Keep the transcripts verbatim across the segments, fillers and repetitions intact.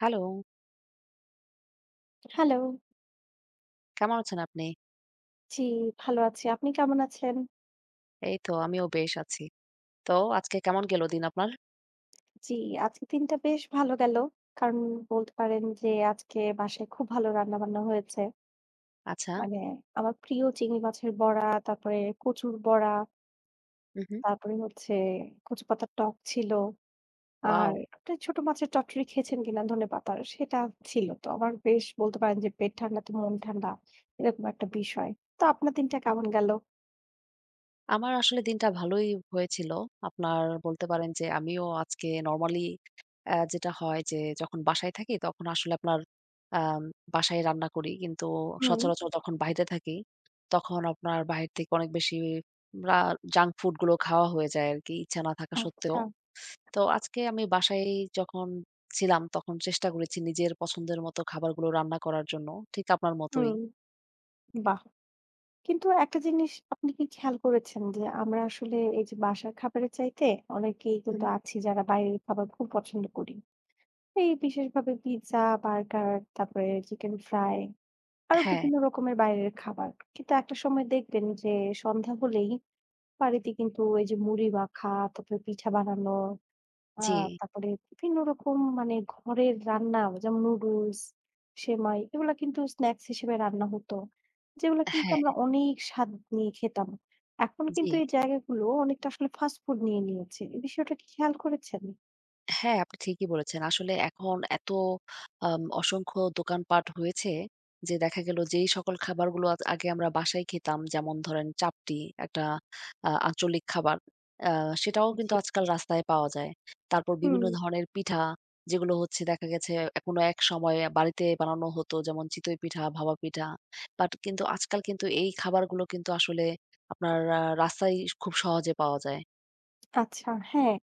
Hello, hello. কেমন আছেন আপনি? জি, ভালো আছি। আপনি কেমন আছেন? এই তো আমিও বেশ আছি। তো আজকে কেমন গেল দিন আপনার? জি, আজকের দিনটা বেশ ভালো গেল। কারণ বলতে পারেন যে আজকে বাসায় খুব ভালো রান্নাবান্না হয়েছে। আচ্ছা। মানে আমার প্রিয় চিংড়ি মাছের বড়া, তারপরে কচুর বড়া, হু, হু। তারপরে হচ্ছে কচু পাতার টক ছিল। ওয়াও! আর আপনি ছোট মাছের চচ্চড়ি খেয়েছেন কিনা ধনেপাতার সেটা ছিল। তো আমার বেশ বলতে পারেন যে পেট ঠান্ডা তো মন ঠান্ডা এরকম একটা বিষয়। তো আপনার দিনটা কেমন গেল? আমার আসলে দিনটা ভালোই হয়েছিল। আপনার বলতে পারেন যে আমিও আজকে নরমালি অ্যা যেটা হয় যে যখন বাসায় থাকি তখন আসলে আপনার আম বাসায় রান্না করি। কিন্তু হুম, সচরাচর যখন বাইরে থাকি তখন আপনার বাহির থেকে অনেক বেশি রা জাঙ্ক ফুড গুলো খাওয়া হয়ে যায় আরকি ইচ্ছা না থাকা সত্ত্বেও। আচ্ছা। তো আজকে আমি বাসায় যখন ছিলাম, তখন চেষ্টা করেছি নিজের পছন্দের মতো খাবারগুলো রান্না করার জন্য। ঠিক আপনার মতোই। হুম, বাহ! কিন্তু একটা জিনিস আপনি কি খেয়াল করেছেন যে আমরা আসলে এই যে বাসার খাবারের চাইতে অনেকেই উহু। কিন্তু আছি যারা বাইরের খাবার খুব পছন্দ করি। এই বিশেষভাবে পিৎজা, বার্গার, তারপরে চিকেন ফ্রাই আরো হ্যাঁ, বিভিন্ন রকমের বাইরের খাবার। কিন্তু একটা সময় দেখবেন যে সন্ধ্যা হলেই বাড়িতে কিন্তু এই যে মুড়ি মাখা, তারপরে পিঠা বানানো আ জি। তারপরে বিভিন্ন রকম মানে ঘরের রান্না যেমন নুডলস, সেমাই এগুলা কিন্তু স্ন্যাকস হিসেবে রান্না হতো। যেগুলা কিন্তু হ্যাঁ, আমরা অনেক স্বাদ নিয়ে খেতাম। এখন জি। কিন্তু এই জায়গাগুলো অনেকটা আসলে ফাস্ট ফুড নিয়ে নিয়েছে। এই বিষয়টা কি খেয়াল করেছেন? হ্যাঁ, আপনি ঠিকই বলেছেন। আসলে এখন এত আম অসংখ্য দোকানপাট হয়েছে যে দেখা গেল যেই সকল খাবারগুলো আ আগে আমরা বাসায় খেতাম যেমন ধরেন চাপটি একটা আ আঞ্চলিক খাবার। আ সেটাও কিন্তু জি। আজকাল রাস্তায় পাওয়া যায়। তারপর হুম, বিভিন্ন ধরনের পিঠা যেগুলো হচ্ছে দেখা গেছে কোনো এক সময়ে বাড়িতে বানানো হতো যেমন চিতই পিঠা, ভাপা পিঠা। বাট কিন্তু আজকাল কিন্তু এই খাবারগুলো কিন্তু আসলে আপনার আ রাস্তায় খুব সহজে পাওয়া যায়। আচ্ছা, হ্যাঁ,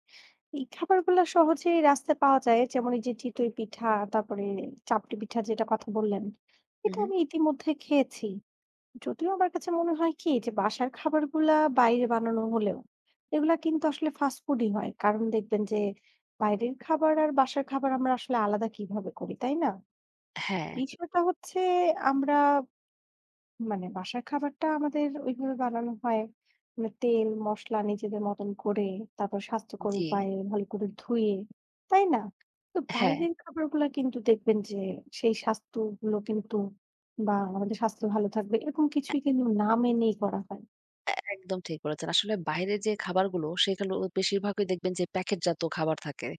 এই খাবারগুলা সহজেই রাস্তায় পাওয়া যায়। যেমন এই যে চিতই পিঠা, তারপরে চাপটি পিঠা যেটা কথা বললেন। এটা উহু, আমি ইতিমধ্যে খেয়েছি। যদিও আমার কাছে মনে হয় কি যে বাসার খাবারগুলা বাইরে বানানো হলেও এগুলা কিন্তু আসলে ফাস্ট ফুডই হয় কারণ দেখবেন যে বাইরের খাবার আর বাসার খাবার আমরা আসলে আলাদা কিভাবে করি, তাই না? হ্যাঁ, বিষয়টা হচ্ছে আমরা মানে বাসার খাবারটা আমাদের ওইভাবে বানানো হয়। মানে তেল, মসলা নিজেদের মতন করে, তারপর স্বাস্থ্যকর জি, উপায়ে ভালো করে ধুয়ে, তাই না? তো হ্যাঁ। বাইরের খাবারগুলা কিন্তু দেখবেন যে সেই স্বাস্থ্যগুলো কিন্তু বা আমাদের স্বাস্থ্য ভালো থাকবে এরকম কিছুই কিন্তু না মেনেই করা হয়। একদম ঠিক বলেছেন। আসলে বাইরের যে খাবারগুলো, সেগুলো বেশিরভাগই দেখবেন যে প্যাকেটজাত খাবার থাকে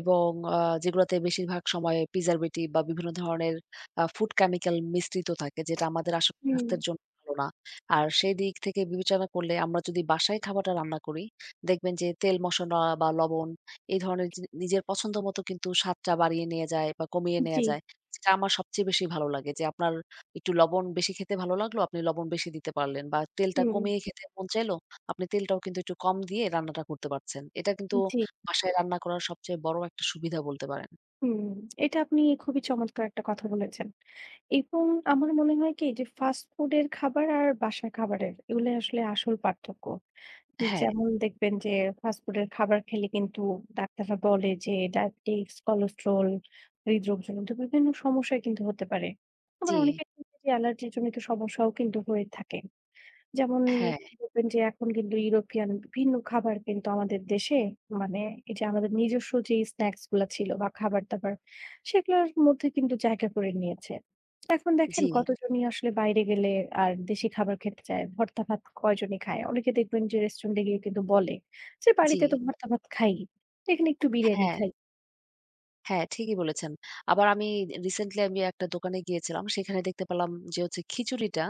এবং আ যেগুলোতে বেশিরভাগ সময় প্রিজারভেটিভ বা বিভিন্ন ধরনের আ ফুড কেমিক্যাল মিশ্রিত থাকে, যেটা আমাদের আসলে হুম, স্বাস্থ্যের জন্য ভালো না। আর সেই দিক থেকে বিবেচনা করলে আমরা যদি বাসায় খাবারটা রান্না করি, দেখবেন যে তেল মসলা বা লবণ এই ধরনের জি নিজের পছন্দ মতো কিন্তু স্বাদটা বাড়িয়ে নেয়া যায় বা কমিয়ে নেয়া জি। যায়। যেটা আমার সবচেয়ে বেশি ভালো লাগে যে আপনার একটু লবণ বেশি খেতে ভালো লাগলো, আপনি লবণ বেশি দিতে পারলেন বা তেলটা হুম, কমিয়ে খেতে মন চাইলো, আপনি তেলটাও কিন্তু একটু কম দিয়ে রান্নাটা করতে পারছেন। এটা কিন্তু জি, বাসায় রান্না করার সবচেয়ে বড় একটা সুবিধা বলতে পারেন। হুম। এটা আপনি খুবই চমৎকার একটা কথা বলেছেন। এবং আমার মনে হয় কি যে ফাস্ট ফুডের খাবার আর বাসার খাবারের এগুলো আসলে আসল পার্থক্য। হ্যাঁ, যেমন দেখবেন যে ফাস্টফুডের খাবার খেলে কিন্তু ডাক্তাররা বলে যে ডায়াবেটিস, কোলেস্টেরল, হৃদরোগজনিত বিভিন্ন সমস্যা কিন্তু হতে পারে। জি, আবার অনেকের ক্ষেত্রে অ্যালার্জির জনিত সমস্যাও কিন্তু হয়ে থাকে। যেমন হ্যাঁ, দেখবেন যে এখন কিন্তু ইউরোপিয়ান বিভিন্ন খাবার কিন্তু আমাদের দেশে মানে এই যে আমাদের নিজস্ব যে স্ন্যাক্স গুলা ছিল বা খাবার-দাবার সেগুলোর মধ্যে কিন্তু জায়গা করে নিয়েছে। এখন জি, দেখেন হুম। কতজনই আসলে বাইরে গেলে আর দেশি খাবার খেতে চায়, ভর্তা ভাত কয়জনই খায়? অনেকে দেখবেন যে রেস্টুরেন্টে গিয়ে কিন্তু বলে যে, জি, "বাড়িতে তো ভর্তা ভাত খাই, এখানে একটু বিরিয়ানি হ্যাঁ। খাই।" হ্যাঁ, ঠিকই বলেছেন। আবার আমি রিসেন্টলি আমি একটা দোকানে গিয়েছিলাম। সেখানে দেখতে পেলাম যে হচ্ছে খিচুড়িটা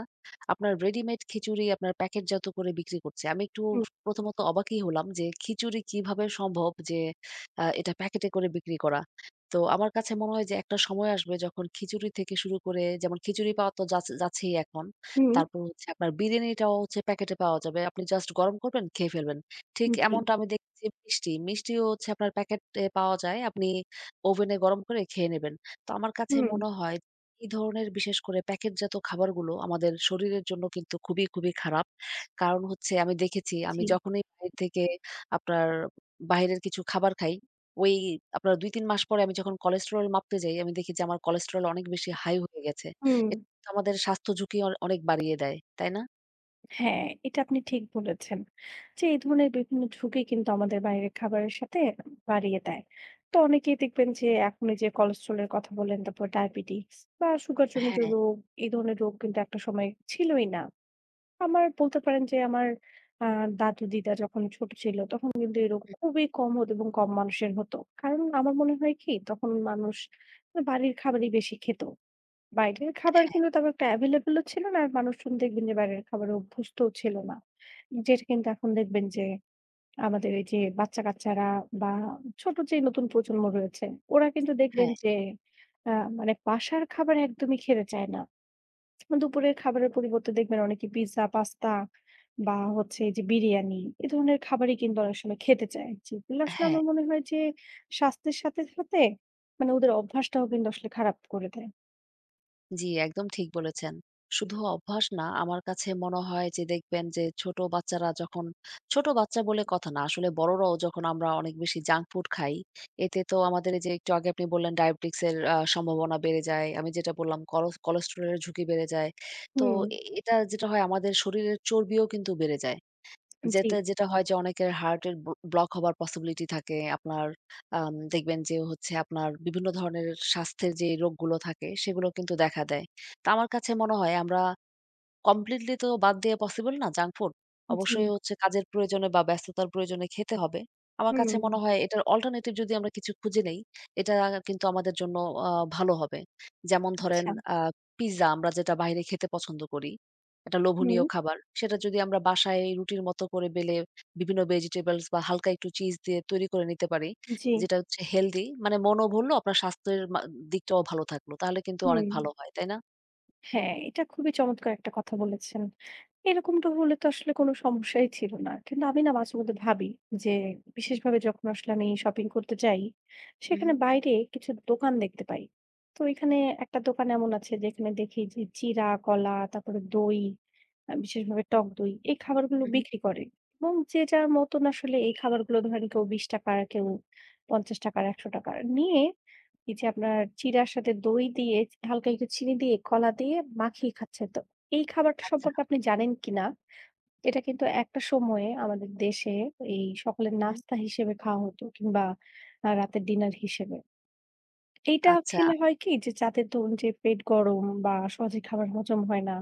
আপনার রেডিমেড খিচুড়ি আপনার প্যাকেটজাত করে বিক্রি করছে। আমি একটু হুম, প্রথমত অবাকই হলাম যে খিচুড়ি কিভাবে সম্ভব যে আ এটা প্যাকেটে করে বিক্রি করা। তো আমার কাছে মনে হয় যে একটা সময় আসবে যখন খিচুড়ি থেকে শুরু করে যেমন খিচুড়ি পাওয়া তো যাচ যাচ্ছেই এখন। হুম, তারপর হচ্ছে আপনার বিরিয়ানিটাও হচ্ছে প্যাকেটে পাওয়া যাবে। আপনি জাস্ট গরম করবেন, খেয়ে ফেলবেন। ঠিক জি, এমনটা আমি দেখেছি মিষ্টি। মিষ্টিও হচ্ছে আপনার প্যাকেটে পাওয়া যায়। আপনি ওভেনে গরম করে খেয়ে নেবেন। তো আমার কাছে হুম, মনে হয় এই ধরনের বিশেষ করে প্যাকেটজাত খাবারগুলো আমাদের শরীরের জন্য কিন্তু খুবই, খুবই খারাপ। কারণ হচ্ছে আমি দেখেছি আমি জি, যখনই বাইরে থেকে আপনার বাইরের কিছু খাবার খাই, ওই আপনার দুই তিন মাস পরে আমি যখন কোলেস্টেরল মাপতে যাই, আমি দেখি যে আমার কোলেস্টেরল অনেক বেশি হাই হয়ে গেছে। হুম। এটা কিন্তু আমাদের স্বাস্থ্য ঝুঁকি অ অনেক বাড়িয়ে দেয়। তাই না? হ্যাঁ, এটা আপনি ঠিক বলেছেন। যে এই ধরনের বিভিন্ন ঝুঁকি কিন্তু আমাদের বাইরের খাবারের সাথে বাড়িয়ে দেয়। তো অনেকেই দেখবেন যে এখন এই যে কোলেস্ট্রলের কথা বললেন, তারপর ডায়াবেটিস বা সুগার জনিত হ্যাঁ, রোগ, এই ধরনের রোগ কিন্তু একটা সময় ছিলই না। আমার বলতে পারেন যে আমার আ দাদু-দিদা যখন ছোট ছিল, তখন কিন্তু এই রোগ খুবই কম হতো এবং কম মানুষের হতো। কারণ আমার মনে হয় কি? তখন মানুষ বাড়ির খাবারই বেশি খেত। বাইরের খাবার কিন্তু তেমন একটা এভেইলেবলও ছিল না। আর মানুষজন দেখবেন যে বাইরের খাবারে অভ্যস্তও ছিল না। যেটা কিন্তু এখন দেখবেন যে আমাদের এই যে বাচ্চা-কাচ্চারা বা ছোট যে নতুন প্রজন্ম রয়েছে, ওরা কিন্তু দেখবেন হ্যাঁ, যে আ মানে বাসার খাবার একদমই খেতে চায় না। দুপুরের খাবারের পরিবর্তে দেখবেন অনেকে পিজ্জা, পাস্তা বা হচ্ছে এই যে বিরিয়ানি, এ ধরনের খাবারই কিন্তু অনেক সময় খেতে চায়। যেগুলো আসলে হ্যাঁ। আমার মনে হয় যে স্বাস্থ্যের সাথে, সাথে মানে ওদের অভ্যাসটাও কিন্তু আসলে খারাপ করে দেয়। জি, একদম ঠিক বলেছেন। শুধু অভ্যাস না, আমার কাছে মনে হয় যে দেখবেন যে ছোট বাচ্চারা যখন ছোট বাচ্চা বলে কথা না, আসলে বড়রাও যখন আমরা অনেক বেশি জাঙ্ক ফুড খাই, এতে তো আমাদের এই যে একটু আগে আপনি বললেন ডায়াবেটিক্স এর আ সম্ভাবনা বেড়ে যায়। আমি যেটা বললাম কলো কোলেস্টেরল এর ঝুঁকি বেড়ে যায়। তো হুম, এ এটা যেটা হয় আমাদের শরীরের চর্বিও কিন্তু বেড়ে যায়। জি। যেতে যেটা হয় যে অনেকের হার্টের ব্ল ব্লক হবার পসিবিলিটি থাকে। আপনার আম দেখবেন যে হচ্ছে আপনার বিভিন্ন ধরনের স্বাস্থ্যের যে রোগগুলো থাকে সেগুলো কিন্তু দেখা দেয়। তো আমার কাছে মনে হয় আমরা কমপ্লিটলি তো বাদ দেয়া পসিবল না জাঙ্ক ফুড। জি, অবশ্যই হচ্ছে কাজের প্রয়োজনে বা ব্যস্ততার প্রয়োজনে খেতে হবে। আমার হুম, কাছে মনে হয় এটার অল্টারনেটিভ যদি আমরা কিছু খুঁজে নেই, এটা কিন্তু আমাদের জন্য আ ভালো হবে। যেমন ধরেন আচ্ছা, আ পিজ্জা আমরা যেটা বাইরে খেতে পছন্দ করি, একটা হুম, লোভনীয় খাবার। সেটা যদি আমরা বাসায় রুটির মতো করে বেলে বিভিন্ন ভেজিটেবলস বা হালকা একটু চিজ দিয়ে তৈরি করে নিতে পারি, জি, যেটা হচ্ছে হেলথি মানে মনও ভুললো আপনার স্বাস্থ্যের মা দিকটাও ভালো থাকলো। তাহলে কিন্তু হুম। অনেক ভালো হয়। তাই না? হ্যাঁ, এটা খুবই চমৎকার একটা কথা বলেছেন। এরকমটা হলে তো আসলে কোনো সমস্যাই ছিল না। কিন্তু আমি না মাঝেমধ্যে ভাবি যে বিশেষভাবে যখন আসলে আমি শপিং করতে যাই, হু, হু, সেখানে বাইরে কিছু দোকান দেখতে পাই। তো এখানে একটা দোকান এমন আছে যেখানে দেখি যে চিড়া, কলা, তারপরে দই, আ বিশেষভাবে টক দই এই খাবারগুলো হু, হু। বিক্রি করে। এবং যে যার মতন আসলে এই খাবারগুলো ধরেন কেউ ৳বিশ, কেউ ৳পঞ্চাশ, ৳একশ নিয়ে এই যে আপনার চিড়ার সাথে দই দিয়ে হালকা একটু চিনি দিয়ে কলা দিয়ে মাখিয়ে খাচ্ছেন। তো এই খাবারটা আচ্ছা। সম্পর্কে আপনি জানেন কিনা? এটা কিন্তু একটা সময়ে আমাদের দেশে এই সকালের নাস্তা হিসেবে খাওয়া হতো কিংবা আ রাতের ডিনার হিসেবে। এইটা আচ্ছা, খেলে হয় কি যে যাদের ধরুন যে পেট গরম বা সহজে খাবার হজম হয় না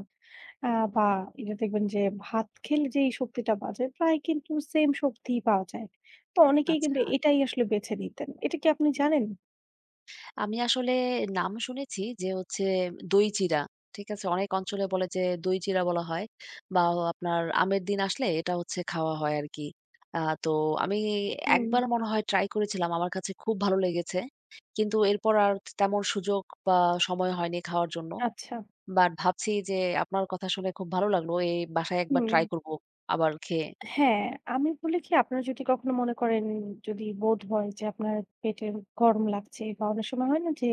আ বা এটা দেখবেন যে ভাত খেলে যেই শক্তিটা পাওয়া যায় প্রায় কিন্তু সেম শক্তিই পাওয়া যায়। তো অনেকেই কিন্তু আচ্ছা। এটাই আসলে বেছে নিতেন। এটা কি আপনি জানেন? আমি আসলে নাম শুনেছি যে হচ্ছে দই চিড়া। ঠিক আছে? অনেক অঞ্চলে বলে যে দই চিড়া বলা হয় বা আপনার আমের দিন আসলে এটা হচ্ছে খাওয়া হয় আরকি। আ তো আমি হুম। একবার মনে হয় ট্রাই করেছিলাম। আমার কাছে খুব ভালো লেগেছে। কিন্তু এরপর আর তেমন সুযোগ বা সময় হয়নি খাওয়ার জন্য। আচ্ছা। বাট ভাবছি যে আপনার কথা শুনে খুব ভালো লাগলো। এই বাসায় একবার হুম। ট্রাই করব আবার খেয়ে। হ্যাঁ, আমি বলি কি আপনারা যদি কখনো মনে করেন যদি বোধ হয় যে আপনার পেটে গরম লাগছে বা অনেক সময় হয় না যে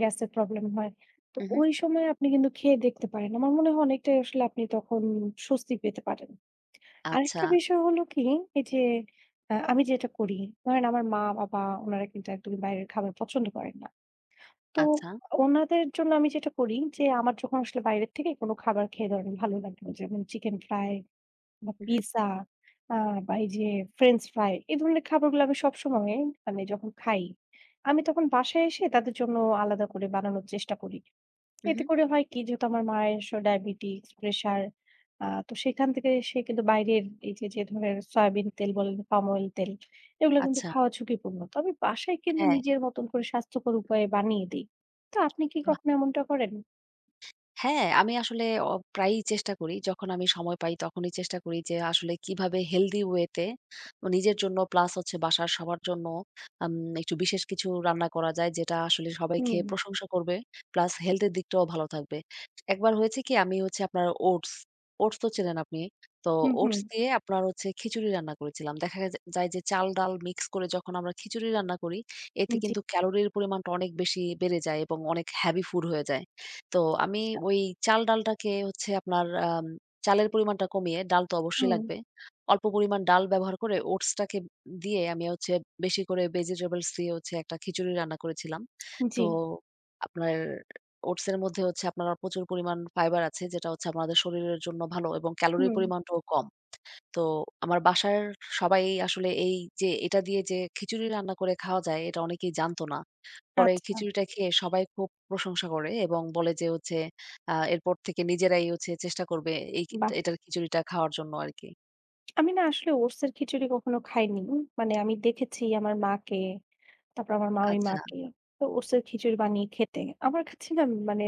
গ্যাসের প্রবলেম হয়। তো উহু। ওই সময় আপনি কিন্তু খেয়ে দেখতে পারেন। আমার মনে হয় অনেকটাই আসলে আপনি তখন স্বস্তি পেতে পারেন। আচ্ছা, আরেকটা বিষয় হলো কি এই যে আ আমি যেটা করি ধরেন আমার মা-বাবা উনারা কিন্তু একদমই বাইরের খাবার পছন্দ করেন না। তো আচ্ছা। ওনাদের জন্য আমি যেটা করি যে আমার যখন আসলে বাইরের থেকে কোনো খাবার খেয়ে ধরেন ভালো লাগলো যেমন চিকেন ফ্রাই বা উহু, পিজ্জা আ বা এই যে ফ্রেঞ্চ ফ্রাই এই ধরনের খাবারগুলো আমি সবসময় মানে যখন খাই, আমি তখন বাসায় এসে তাদের জন্য আলাদা করে বানানোর চেষ্টা করি। উহু। এতে করে হয় কি যেহেতু আমার মায়ের স ডায়াবেটিকস, প্রেশার আ তো সেখান থেকে সে কিন্তু বাইরের এই যে, যে ধরনের সয়াবিন তেল বলেন, পাম অয়েল তেল এগুলো কিন্তু আচ্ছা। খাওয়া ঝুঁকিপূর্ণ। তো আমি বাসায় কিন্তু হ্যাঁ। নিজের মতন করে স্বাস্থ্যকর উপায়ে বানিয়ে দেই। তো আপনি কি কখনো এমনটা করেন? হ্যাঁ, আমি আসলে অ প্রায়ই চেষ্টা করি। যখন আমি সময় পাই তখনই চেষ্টা করি যে আসলে কিভাবে হেলদি ওয়েতে নিজের জন্য প্লাস হচ্ছে বাসার সবার জন্য আম একটু বিশেষ কিছু রান্না করা যায় যেটা আসলে সবাই হুম, খেয়ে প্রশংসা করবে। প্লাস হেলথ এর দিকটাও ভালো থাকবে। একবার হয়েছে কি আমি হচ্ছে আপনার ওটস, ওটস তো চেনেন আপনি। তো হুম, হুম। ওটস দিয়ে আপনার হচ্ছে খিচুড়ি রান্না করেছিলাম। দেখা গে যায় যে চাল, ডাল মিক্স করে যখন আমরা খিচুড়ি রান্না করি এতে জি, কিন্তু ক্যালোরির পরিমাণটা অনেক বেশি বেড়ে যায় এবং অনেক হেভি ফুড হয়ে যায়। তো আমি আচ্ছা। ওই চাল ডালটাকে হচ্ছে আপনার আম চালের পরিমাণটা কমিয়ে, ডাল তো অবশ্যই হুম, লাগবে। অল্প পরিমাণ ডাল ব্যবহার করে ওটসটাকে দিয়ে আমি হচ্ছে বেশি করে ভেজিটেবলস দিয়ে হচ্ছে একটা খিচুড়ি রান্না করেছিলাম। জি, তো আপনার ওটসের মধ্যে হচ্ছে আপনার প্রচুর পরিমাণ ফাইবার আছে যেটা হচ্ছে আমাদের শরীরের জন্য ভালো এবং ক্যালোরির হুম, পরিমাণটাও কম। তো আমার বাসার সবাই আসলে এই যে এটা দিয়ে যে খিচুড়ি রান্না করে খাওয়া যায় এটা অনেকেই জানতো না। পরে আচ্ছা। খিচুড়িটা খেয়ে সবাই খুব প্রশংসা করে এবং বলে যে হচ্ছে আ এরপর থেকে নিজেরাই হচ্ছে চেষ্টা করবে এই বাহ! এটার খিচুড়িটা খাওয়ার জন্য আরকি। আমি না আসলে ওটস এর খিচুড়ি কখনো খাইনি। মানে আমি দেখেছি আমার মাকে, তারপর আমার মাওই আচ্ছা, মাকে তো ওটস এর খিচুড়ি বানিয়ে খেতে। আমার কাছে না মানে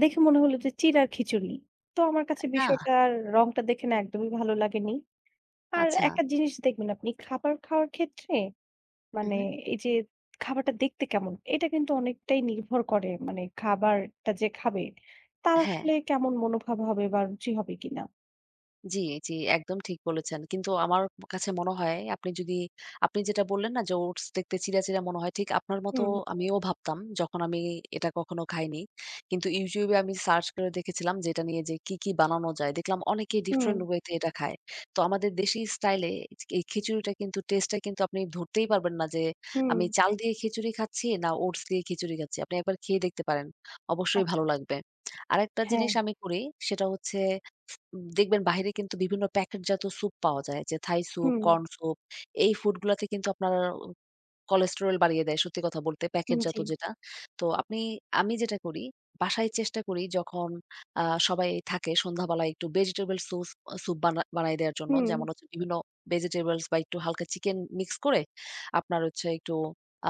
দেখে মনে হলো যে চিড়ার খিচুড়ি। তো আমার কাছে না, বিষয়টার রংটা দেখে না একদমই ভালো লাগেনি। আর আচ্ছা। একটা জিনিস দেখবেন আপনি খাবার খাওয়ার ক্ষেত্রে মানে উহু, এই যে খাবারটা দেখতে কেমন এটা কিন্তু অনেকটাই নির্ভর করে মানে খাবারটা যে খাবে তার হ্যাঁ। আসলে কেমন মনোভাব হবে বা রুচি হবে কিনা। জি, জি, একদম ঠিক বলেছেন। কিন্তু আমার কাছে মনে হয় আপনি যদি আপনি যেটা বললেন না যে ওটস দেখতে চিড়া, চিড়া মনে হয়, ঠিক আপনার মতো হুম, আমিও ভাবতাম যখন আমি এটা কখনো খাইনি। কিন্তু YouTube এ আমি সার্চ করে দেখেছিলাম যে এটা নিয়ে যে কি, কি বানানো যায়। দেখলাম অনেকেই হুম, ডিফারেন্ট ওয়ে তে এটা খায়। তো আমাদের দেশি স্টাইলে এই খিচুড়িটা কিন্তু টেস্টটা কিন্তু আপনি ধরতেই পারবেন না যে হুম। আমি চাল দিয়ে খিচুড়ি খাচ্ছি না ওটস দিয়ে খিচুড়ি খাচ্ছি। আপনি একবার খেয়ে দেখতে পারেন। অবশ্যই আচ্ছা, ভালো আচ্ছা। লাগবে। আরেকটা হ্যাঁ। জিনিস আমি করি সেটা হচ্ছে উম দেখবেন বাহিরে কিন্তু বিভিন্ন প্যাকেটজাত স্যুপ পাওয়া যায়। যে থাই স্যুপ, হুম, কর্ন স্যুপ এই ফুড গুলাতে কিন্তু আপনার কোলেস্টেরল বাড়িয়ে দেয়। সত্যি কথা বলতে হুম, প্যাকেটজাত জি। যেটা। তো আপনি আমি যেটা করি বাসায় চেষ্টা করি যখন আ সবাই থাকে সন্ধ্যাবেলায় একটু ভেজিটেবল সুস স্যুপ বানা বানায় দেওয়ার জন্য। হুম, যেমন হচ্ছে বিভিন্ন ভেজিটেবলস বা একটু হালকা চিকেন মিক্স করে আপনার হচ্ছে একটু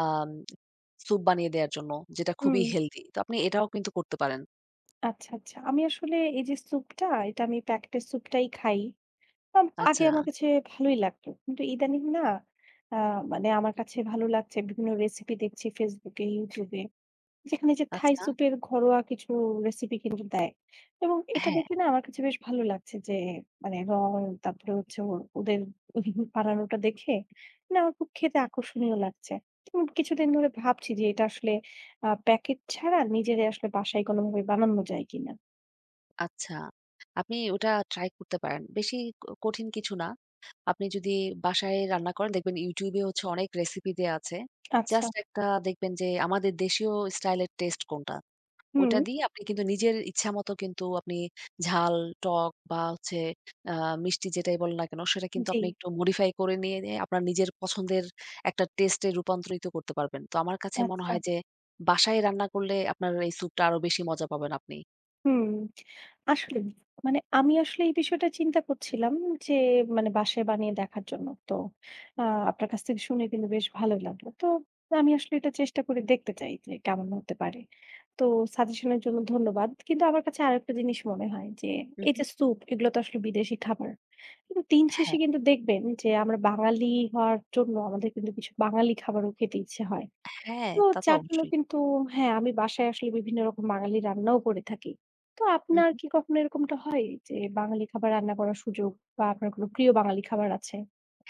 আম স্যুপ বানিয়ে দেওয়ার জন্য যেটা হুম। খুবই হেলথি। তো আপনি এটাও কিন্তু করতে পারেন। আচ্ছা, আচ্ছা। আমি আসলে এই যে স্যুপটা, এটা আমি প্যাকেটের স্যুপটাই খাই। আম আগে আচ্ছা, আমার কাছে ভালোই লাগতো। কিন্তু ইদানিং না আ মানে আমার কাছে ভালো লাগছে বিভিন্ন রেসিপি দেখছি Facebook এ, YouTube এ। যেখানে যে থাই আচ্ছা। স্যুপের ঘরোয়া কিছু রেসিপি কিন্তু দেয়। এবং এটা হ্যাঁ। দেখে না আমার কাছে বেশ ভালো লাগছে যে মানে রং তারপরে হচ্ছে ও ওদের বানানোটা দেখে মানে আমার খুব খেতে আকর্ষণীয় লাগছে। উম কিছুদিন ধরে ভাবছি যে এটা আসলে আ প্যাকেট ছাড়া নিজেরাই আসলে বাসায় কোনোভাবে বানানো যায় কিনা? আচ্ছা। আপনি ওটা ট্রাই করতে পারেন। বেশি ক কঠিন কিছু না। আপনি যদি বাসায় রান্না করেন দেখবেন YouTube এ হচ্ছে অনেক রেসিপি দেয়া আছে। আচ্ছা। জাস্ট একটা দেখবেন যে আমাদের দেশীয় স্টাইলের টেস্ট কোনটা? হুম, ওটা দিয়ে আপনি কিন্তু নিজের ইচ্ছামত কিন্তু আপনি ঝাল, টক বা হচ্ছে আ মিষ্টি যেটাই বলেন না কেন সেটা কিন্তু জি। আপনি একটু modify করে নিয়ে, নিয়ে আপনার নিজের পছন্দের একটা টেস্টে রূপান্তরিত করতে পারবেন। তো আমার কাছে মনে আচ্ছা। হয় যে বাসায় রান্না করলে আপনার এই স্যুপটা আরো বেশি মজা পাবেন আপনি। হুম, আসলেই। মানে আমি আসলে এই বিষয়টা চিন্তা করছিলাম যে মানে বাসায় বানিয়ে দেখার জন্য। তো আ আপনার কাছ থেকে শুনে কিন্তু বেশ ভালোই লাগলো। তো আমি আসলে এটা চেষ্টা করে দেখতে চাই যে কেমন হতে পারে। তো সাজেশন এর জন্য ধন্যবাদ। কিন্তু আমার কাছে আরেকটা জিনিস মনে হয় যে হু, এই হু। যে স্যুপ এগুলো তো আসলে বিদেশি খাবার। কিন্তু দিন শেষে হ্যাঁ। কিন্তু দেখবেন যে আমরা বাঙালি হওয়ার জন্য আমাদের কিন্তু কিছু বাঙালি খাবারও খেতে ইচ্ছে হয়। হ্যাঁ, তো তা তো যার জন্য অবশ্যই। কিন্তু হ্যাঁ, আমি বাসায় আসলে বিভিন্ন রকম বাঙালি রান্নাও করে থাকি। তো আপনার হু। কি কখনো এরকমটা হয় যে বাঙালি খাবার রান্না করার সুযোগ বা আপনার কোনো প্রিয় বাঙালি খাবার আছে?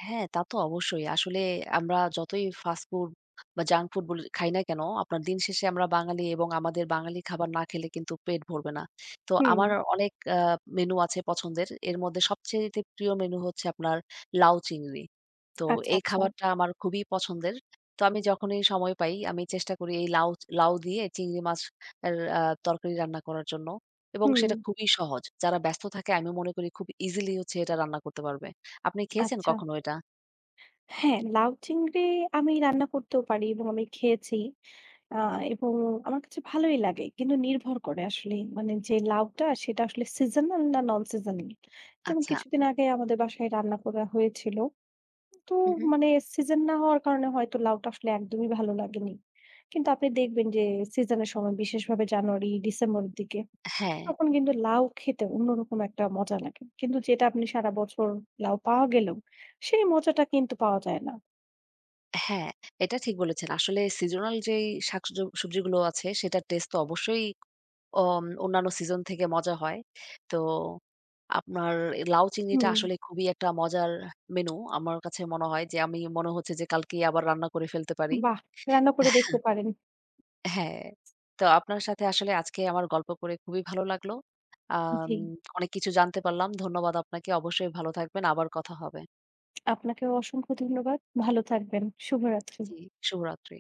হ্যাঁ, তা তো অবশ্যই। আসলে আমরা যতই ফাস্ট ফুড বা জাঙ্ক ফুড বলি খাই না কেন, আপনার দিন শেষে আমরা বাঙালি এবং আমাদের বাঙালি খাবার না খেলে কিন্তু পেট ভরবে না। তো হুম। আমার অনেক আ মেনু আছে পছন্দের। এর মধ্যে সবচাইতে প্রিয় মেনু হচ্ছে আপনার লাউ চিংড়ি। তো আচ্ছা, এই আচ্ছা। খাবারটা আমার খুবই পছন্দের। তো আমি যখনই সময় পাই আমি চেষ্টা করি এই লাউ লাউ দিয়ে চিংড়ি মাছ এর আ তরকারি রান্না করার জন্য এবং হুম। সেটা খুবই সহজ। যারা ব্যস্ত থাকে আমি মনে করি খুব ইজিলি হচ্ছে এটা রান্না করতে পারবে। আপনি খেয়েছেন আচ্ছা। কখনো এটা? হ্যাঁ, লাউ চিংড়ি আমি রান্না করতেও পারি এবং আমি খেয়েছি। আ এবং আমার কাছে ভালোই লাগে। কিন্তু নির্ভর করে আসলে মানে যে লাউটা সেটা আসলে সিজনাল না নন সিজনাল। যেমন আচ্ছা। কিছুদিন আগে আমাদের বাসায় রান্না করা হয়েছিল। তো হু, হু। মানে সিজন না হওয়ার কারণে হয়তো লাউটা আসলে একদমই ভালো লাগেনি। কিন্তু আপনি দেখবেন যে সিজনের সময় বিশেষভাবে জানুয়ারি, ডিসেম্বরের দিকে হ্যাঁ, তখন কিন্তু লাউ খেতে অন্যরকম একটা মজা লাগে। কিন্তু যেটা আপনি সারা বছর লাউ পাওয়া গেলেও সেই মজাটা কিন্তু পাওয়া যায় না। হ্যাঁ, এটা ঠিক বলেছেন। আসলে সিজনাল যেই শাকসজ সবজিগুলো আছে সেটার টেস্ট তো অবশ্যই অম অন্যান্য সিজন থেকে মজা হয়। তো আপনার এ লাউ চিংড়িটা হুম, আসলে খুবই একটা মজার মেনু। আমার কাছে মনে হয় যে আমি মনে হচ্ছে যে কালকেই আবার রান্না করে ফেলতে পারি। বাহ! রান্না করে দেখতে পারেন। হ্যাঁ। তো আপনার সাথে আসলে আজকে আমার গল্প করে খুবই ভালো লাগলো। আম জি, অনেক কিছু জানতে পারলাম। ধন্যবাদ আপনাকে। অবশ্যই ভালো থাকবেন। আবার কথা হবে। আপনাকেও অসংখ্য ধন্যবাদ। ভালো থাকবেন। শুভরাত্রি। জি, শুভরাত্রি।